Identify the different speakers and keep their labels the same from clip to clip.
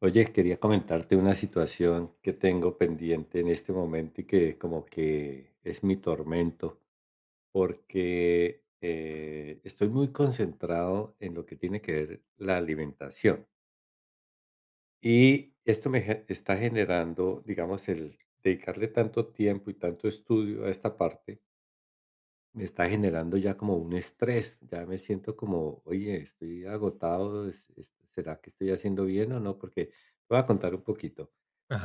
Speaker 1: Oye, quería comentarte una situación que tengo pendiente en este momento y que como que es mi tormento, porque estoy muy concentrado en lo que tiene que ver la alimentación. Y esto está generando, digamos, el dedicarle tanto tiempo y tanto estudio a esta parte me está generando ya como un estrés, ya me siento como, oye, estoy agotado, ¿será que estoy haciendo bien o no? Porque te voy a contar un poquito.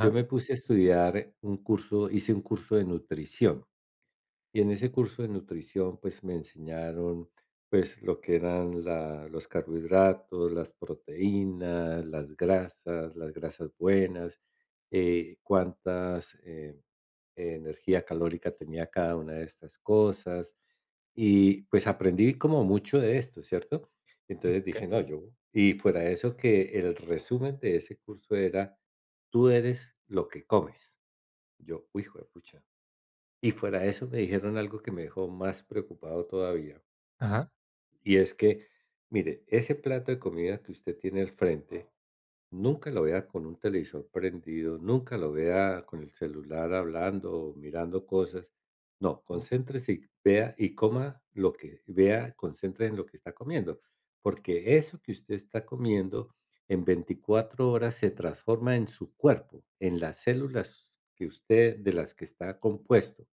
Speaker 1: Yo me puse a estudiar un curso, hice un curso de nutrición y en ese curso de nutrición pues me enseñaron pues lo que eran los carbohidratos, las proteínas, las grasas buenas, cuántas energía calórica tenía cada una de estas cosas. Y pues aprendí como mucho de esto, ¿cierto? Entonces dije,
Speaker 2: ¿Ok?
Speaker 1: no, yo, y fuera de eso que el resumen de ese curso era, tú eres lo que comes. Yo, uy, hijo de pucha. Y fuera de eso me dijeron algo que me dejó más preocupado todavía.
Speaker 2: Ajá.
Speaker 1: Y es que, mire, ese plato de comida que usted tiene al frente nunca lo vea con un televisor prendido, nunca lo vea con el celular hablando o mirando cosas. No, concéntrese y vea y coma lo que vea, concéntrese en lo que está comiendo, porque eso que usted está comiendo en 24 horas se transforma en su cuerpo, en las células que usted de las que está compuesto.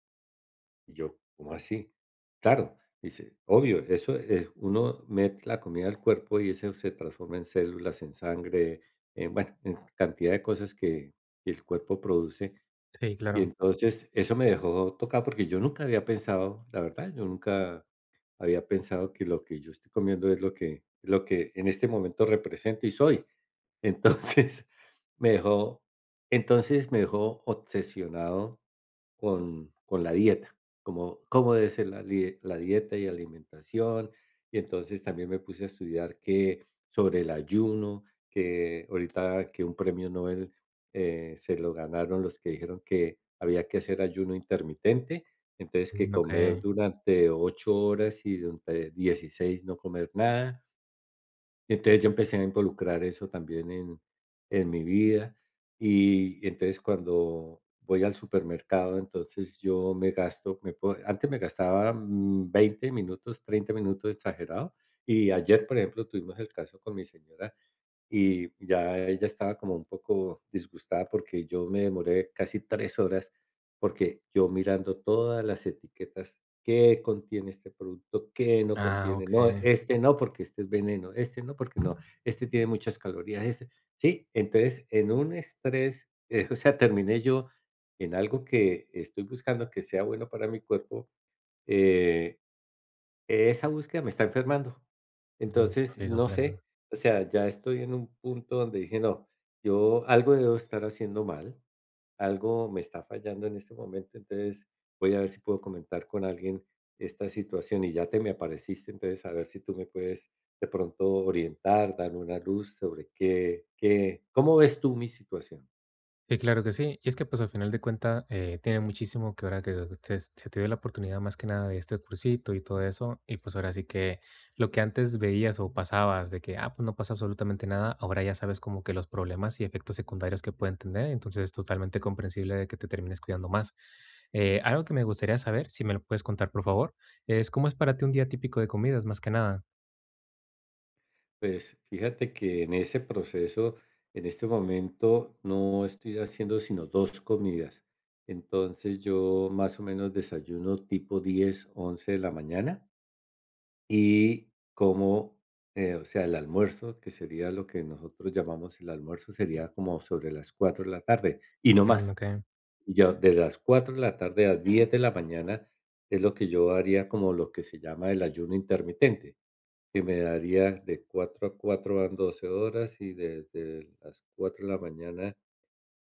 Speaker 1: Y yo, ¿cómo así? Claro, dice, obvio, eso es, uno mete la comida al cuerpo y eso se transforma en células, en sangre, en, bueno, en cantidad de cosas que el cuerpo produce.
Speaker 2: Sí,
Speaker 1: Y
Speaker 2: claro.
Speaker 1: entonces eso me dejó tocado porque yo nunca había pensado, la verdad, yo nunca había pensado que lo que yo estoy comiendo es lo que en este momento represento y soy. Entonces me dejó, entonces me dejó obsesionado con la dieta, como cómo debe ser la dieta y alimentación, y entonces también me puse a estudiar que sobre el ayuno, que ahorita que un premio Nobel, se lo ganaron los que dijeron que había que hacer ayuno intermitente, entonces que
Speaker 2: Mm,
Speaker 1: comer
Speaker 2: okey.
Speaker 1: durante 8 horas y durante 16 no comer nada. Entonces, yo empecé a involucrar eso también en mi vida, y entonces cuando voy al supermercado, entonces yo me gasto me puedo antes me gastaba, 20 minutos, 30 minutos exagerado, y ayer, por ejemplo, tuvimos el caso con mi señora y ya ella estaba como un poco disgustada porque yo me demoré casi 3 horas, porque yo mirando todas las etiquetas, qué contiene este producto, qué no
Speaker 2: Ah,
Speaker 1: contiene,
Speaker 2: ¿ok?
Speaker 1: no, este no, porque este es veneno, este no, porque no, este tiene muchas calorías, este sí, entonces en un estrés, o sea, terminé yo en algo que estoy buscando que sea bueno para mi cuerpo, eh esa búsqueda me está enfermando.
Speaker 2: Ujú.
Speaker 1: Entonces,
Speaker 2: Okey,
Speaker 1: no
Speaker 2: comprendo.
Speaker 1: sé, o sea, ya estoy en un punto donde dije: "No, yo algo debo estar haciendo mal, algo me está fallando en este momento, entonces voy a ver si puedo comentar con alguien esta situación", y ya te me apareciste, entonces a ver si tú me puedes de pronto orientar, dar una luz sobre qué qué ¿cómo ves tú mi situación?
Speaker 2: Sí, claro que sí. Y es que, pues, al final de cuenta, tiene muchísimo que ahora que se te dio la oportunidad más que nada de este cursito y todo eso, y, pues, ahora sí que lo que antes veías o pasabas de que, ah, pues, no pasa absolutamente nada, ahora ya sabes como que los problemas y efectos secundarios que pueden tener, entonces es totalmente comprensible de que te termines cuidando más. Algo que me gustaría saber, si me lo puedes contar, por favor, es, ¿cómo es para ti un día típico de comidas, más que nada?
Speaker 1: Pues fíjate que en ese proceso, en este momento, no estoy haciendo sino dos comidas. Entonces yo más o menos desayuno tipo 10, 11 de la mañana y como, o sea, el almuerzo, que sería lo que nosotros llamamos el almuerzo, sería como sobre las 4 de la tarde y no
Speaker 2: Mm,
Speaker 1: más.
Speaker 2: okey.
Speaker 1: Y yo de las 4 de la tarde a 10 de la mañana es lo que yo haría como lo que se llama el ayuno intermitente que me daría de 4 a 4 van 12 horas y desde las 4 de la mañana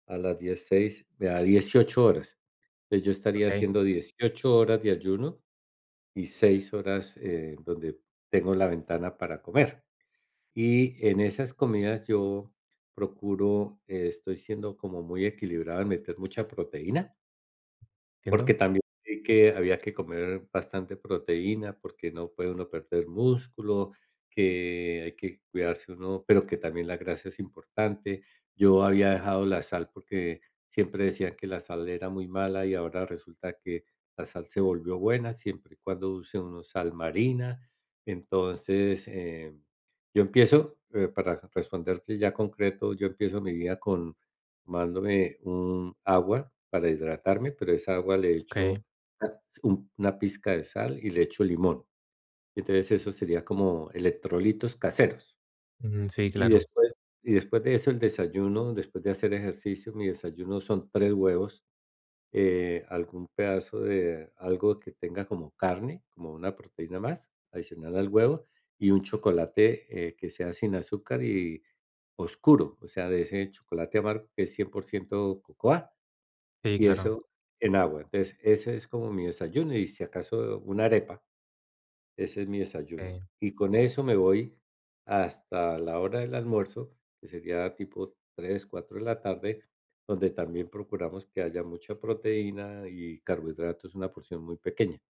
Speaker 1: a las dieciséis 6 me da 18 horas. Entonces, yo estaría
Speaker 2: Okey,
Speaker 1: haciendo 18 horas de ayuno y 6 horas, donde tengo la ventana para comer. Y en esas comidas yo procuro, estoy siendo como muy equilibrado en meter mucha proteína porque
Speaker 2: entiendo.
Speaker 1: también vi que había que comer bastante proteína, porque no puede uno perder músculo, que hay que cuidarse uno, pero que también la grasa es importante. Yo había dejado la sal porque siempre decían que la sal era muy mala y ahora resulta que la sal se volvió buena siempre y cuando use uno sal marina. Entonces, yo empiezo, para responderte ya concreto, yo empiezo mi día con tomándome un agua para hidratarme, pero esa agua le
Speaker 2: Okey.
Speaker 1: echo una pizca de sal y le echo limón. Entonces, eso sería como electrolitos caseros.
Speaker 2: Mm, sí,
Speaker 1: Y
Speaker 2: claro.
Speaker 1: después y después de eso, el desayuno, después de hacer ejercicio, mi desayuno son 3 huevos, algún pedazo de algo que tenga como carne, como una proteína más, adicional al huevo, y un chocolate, que sea sin azúcar y oscuro, o sea, de ese chocolate amargo que es 100% cocoa.
Speaker 2: Sí,
Speaker 1: Y
Speaker 2: claro.
Speaker 1: eso en agua. Entonces, ese es como mi desayuno, y si acaso una arepa, ese es mi desayuno.
Speaker 2: Okey,
Speaker 1: Y con eso me voy hasta la hora del almuerzo, que sería tipo 3, 4 de la tarde, donde también procuramos que haya mucha proteína y carbohidratos, una porción muy pequeña.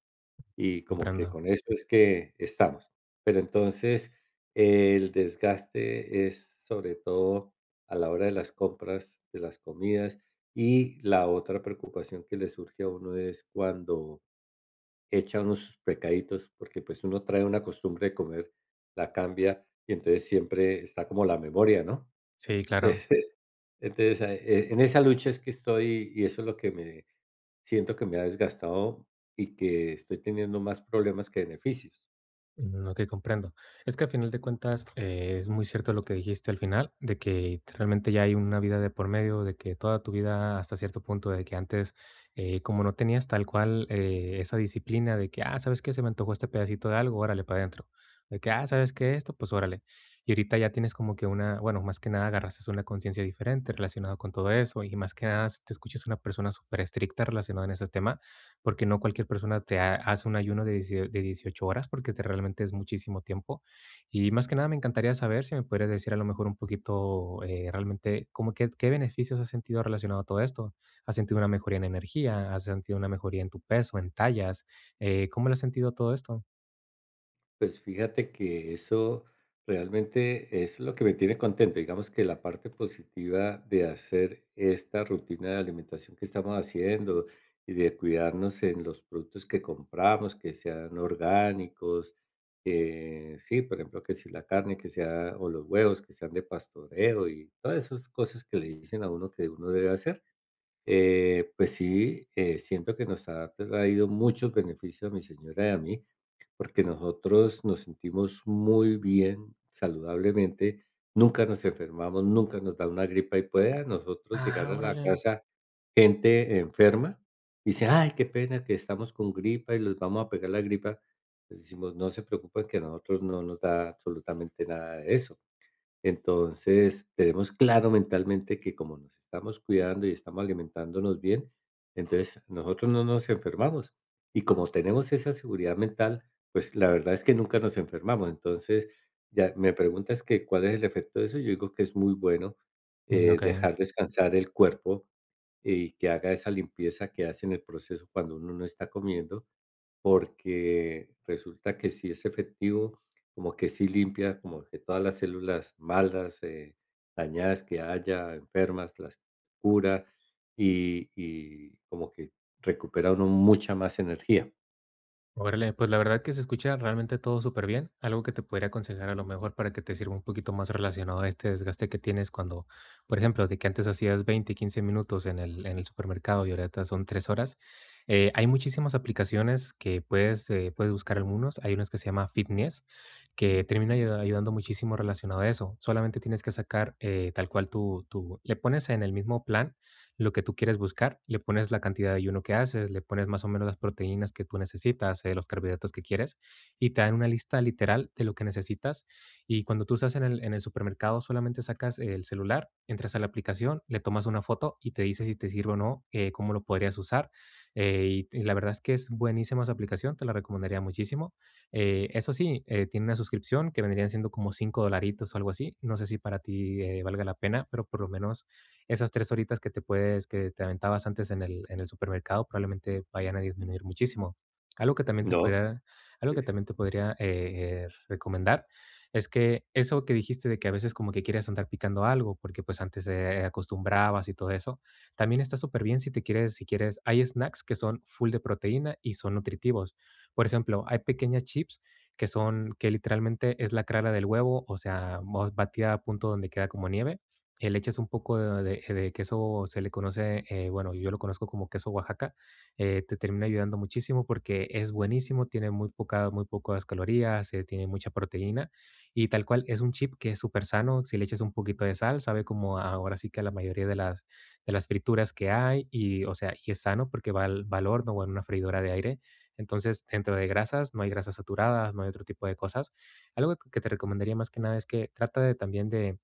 Speaker 1: Y como que
Speaker 2: comprendo.
Speaker 1: con eso es que estamos. Pero entonces, el desgaste es sobre todo a la hora de las compras, de las comidas, y la otra preocupación que le surge a uno es cuando echa uno sus pecaditos, porque pues uno trae una costumbre de comer, la cambia y entonces siempre está como la memoria, ¿no?
Speaker 2: Sí, claro.
Speaker 1: Entonces, a e en esa lucha es que estoy y eso es lo que me siento que me ha desgastado y que estoy teniendo más problemas que beneficios.
Speaker 2: Mm, okey, comprendo. Es que al final de cuentas, es muy cierto lo que dijiste al final, de que realmente ya hay una vida de por medio, de que toda tu vida hasta cierto punto, de que antes, como no tenías tal cual, esa disciplina de que: "Ah, ¿sabes qué? Se me antojó este pedacito de algo, órale, para adentro". De que: "Ah, ¿sabes qué? Esto, pues órale". Y ahorita ya tienes como que una bueno, más que nada agarraste una conciencia diferente relacionado con todo eso, y más que nada, si te escuchas una persona súper estricta relacionado en ese tema, porque no cualquier persona te ha hace un ayuno de diecie de 18 horas, porque este realmente es muchísimo tiempo. Y más que nada, me encantaría saber si me pudieras decir a lo mejor un poquito, realmente, cómo que, ¿qué beneficios has sentido relacionado a todo esto? ¿Has sentido una mejoría en energía? ¿Has sentido una mejoría en tu peso, en tallas? ¿Cómo lo has sentido todo esto?
Speaker 1: Pues fíjate que eso realmente es lo que me tiene contento. Digamos que la parte positiva de hacer esta rutina de alimentación que estamos haciendo y de cuidarnos en los productos que compramos, que sean orgánicos, sí, por ejemplo, que si la carne, que sea, o los huevos, que sean de pastoreo y todas esas cosas que le dicen a uno que uno debe hacer. Pues sí, siento que nos ha traído muchos beneficios a mi señora y a mí porque nosotros nos sentimos muy bien saludablemente, nunca nos enfermamos, nunca nos da una gripa y puede a nosotros llegar
Speaker 2: Ah,
Speaker 1: a la
Speaker 2: órale.
Speaker 1: casa gente enferma, y dice: "Ay, qué pena que estamos con gripa y les vamos a pegar la gripa", les decimos: "No se preocupen que a nosotros no nos da absolutamente nada de eso". Entonces, tenemos claro mentalmente que como nos estamos cuidando y estamos alimentándonos bien, entonces nosotros no nos enfermamos. Y como tenemos esa seguridad mental, pues la verdad es que nunca nos enfermamos. Entonces, ya me preguntas que cuál es el efecto de eso, yo digo que es muy bueno
Speaker 2: Mm, okey.
Speaker 1: dejar descansar el cuerpo y que haga esa limpieza que hace en el proceso cuando uno no está comiendo porque resulta que sí es efectivo, como que sí limpia, como que todas las células malas, dañadas que haya, enfermas, las cura y como que recupera uno mucha más energía,
Speaker 2: Órale, pues la verdad que se escucha realmente todo súper bien. Algo que te podría aconsejar a lo mejor para que te sirva un poquito más relacionado a este desgaste que tienes cuando, por ejemplo, de que antes hacías 20, 15 minutos en el supermercado y ahorita son 3 horas. Hay muchísimas aplicaciones que puedes, puedes buscar algunos. Hay unos que se llama Fitness, que termina ayudando muchísimo relacionado a eso. Solamente tienes que sacar tal cual tu le pones en el mismo plan lo que tú quieres buscar, le pones la cantidad de ayuno que haces, le pones más o menos las proteínas que tú necesitas, los carbohidratos que quieres, y te dan una lista literal de lo que necesitas. Y cuando tú estás en el supermercado, solamente sacas el celular, entras a la aplicación, le tomas una foto y te dice si te sirve o no, cómo lo podrías usar. Y la verdad es que es buenísima esa aplicación, te la recomendaría muchísimo. Eso sí, tiene una suscripción que vendrían siendo como 5 dolaritos o algo así. No sé si para ti valga la pena, pero por lo menos esas tres horitas que te aventabas antes en el supermercado, probablemente vayan a disminuir muchísimo. Algo que también te
Speaker 1: ¿no?
Speaker 2: podría, Algo que también te podría recomendar es que eso que dijiste de que a veces como que quieres andar picando algo, porque pues antes te acostumbrabas y todo eso, también está súper bien si si quieres, hay snacks que son full de proteína y son nutritivos. Por ejemplo, hay pequeñas chips que son, que literalmente es la clara del huevo, o sea, batida a punto donde queda como nieve, le echas un poco de queso, se le conoce, bueno, yo lo conozco como queso Oaxaca, te termina ayudando muchísimo porque es buenísimo, tiene muy pocas calorías, tiene mucha proteína y tal cual es un chip que es súper sano, si le echas un poquito de sal, sabe como ahora sí que a la mayoría de las frituras que hay y, o sea, y es sano porque va al horno o en una freidora de aire. Entonces, dentro de grasas, no hay grasas saturadas, no hay otro tipo de cosas. Algo que te recomendaría más que nada es que trata de también de,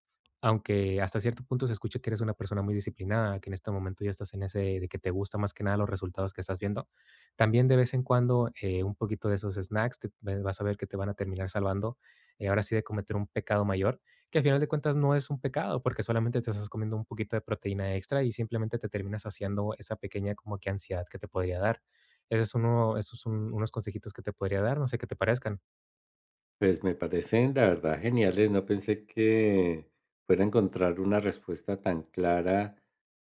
Speaker 2: aunque hasta cierto punto se escuche que eres una persona muy disciplinada, que en este momento ya estás en ese de que te gusta más que nada los resultados que estás viendo, también de vez en cuando un poquito de esos snacks vas a ver que te van a terminar salvando, ahora sí de cometer un pecado mayor, que al final de cuentas no es un pecado, porque solamente te estás comiendo un poquito de proteína extra y simplemente te terminas haciendo esa pequeña como que ansiedad que te podría dar. Ese es uno, esos son unos consejitos que te podría dar, no sé qué te parezcan.
Speaker 1: Pues me parecen, la verdad, geniales. No pensé que fuera a encontrar una respuesta tan clara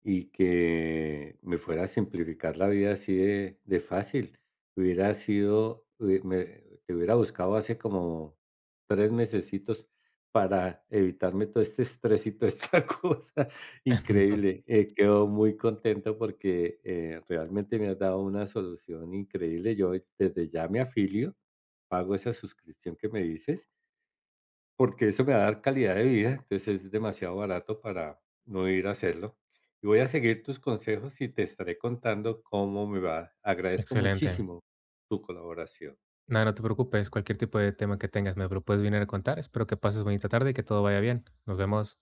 Speaker 1: y que me fuera a simplificar la vida así de fácil. Hubiera sido, te hubiera buscado hace como 3 mesecitos para evitarme todo este estrés y toda esta cosa. Increíble. Quedo muy contento porque realmente me has dado una solución increíble. Yo desde ya me afilio pago esa suscripción que me dices, porque eso me va a dar calidad de vida, entonces es demasiado barato para no ir a hacerlo. Y voy a seguir tus consejos y te estaré contando cómo me va. Agradezco
Speaker 2: Excelente.
Speaker 1: muchísimo tu colaboración.
Speaker 2: Nada, no te preocupes, cualquier tipo de tema que tengas me lo puedes venir a contar. Espero que pases bonita tarde y que todo vaya bien. Nos vemos.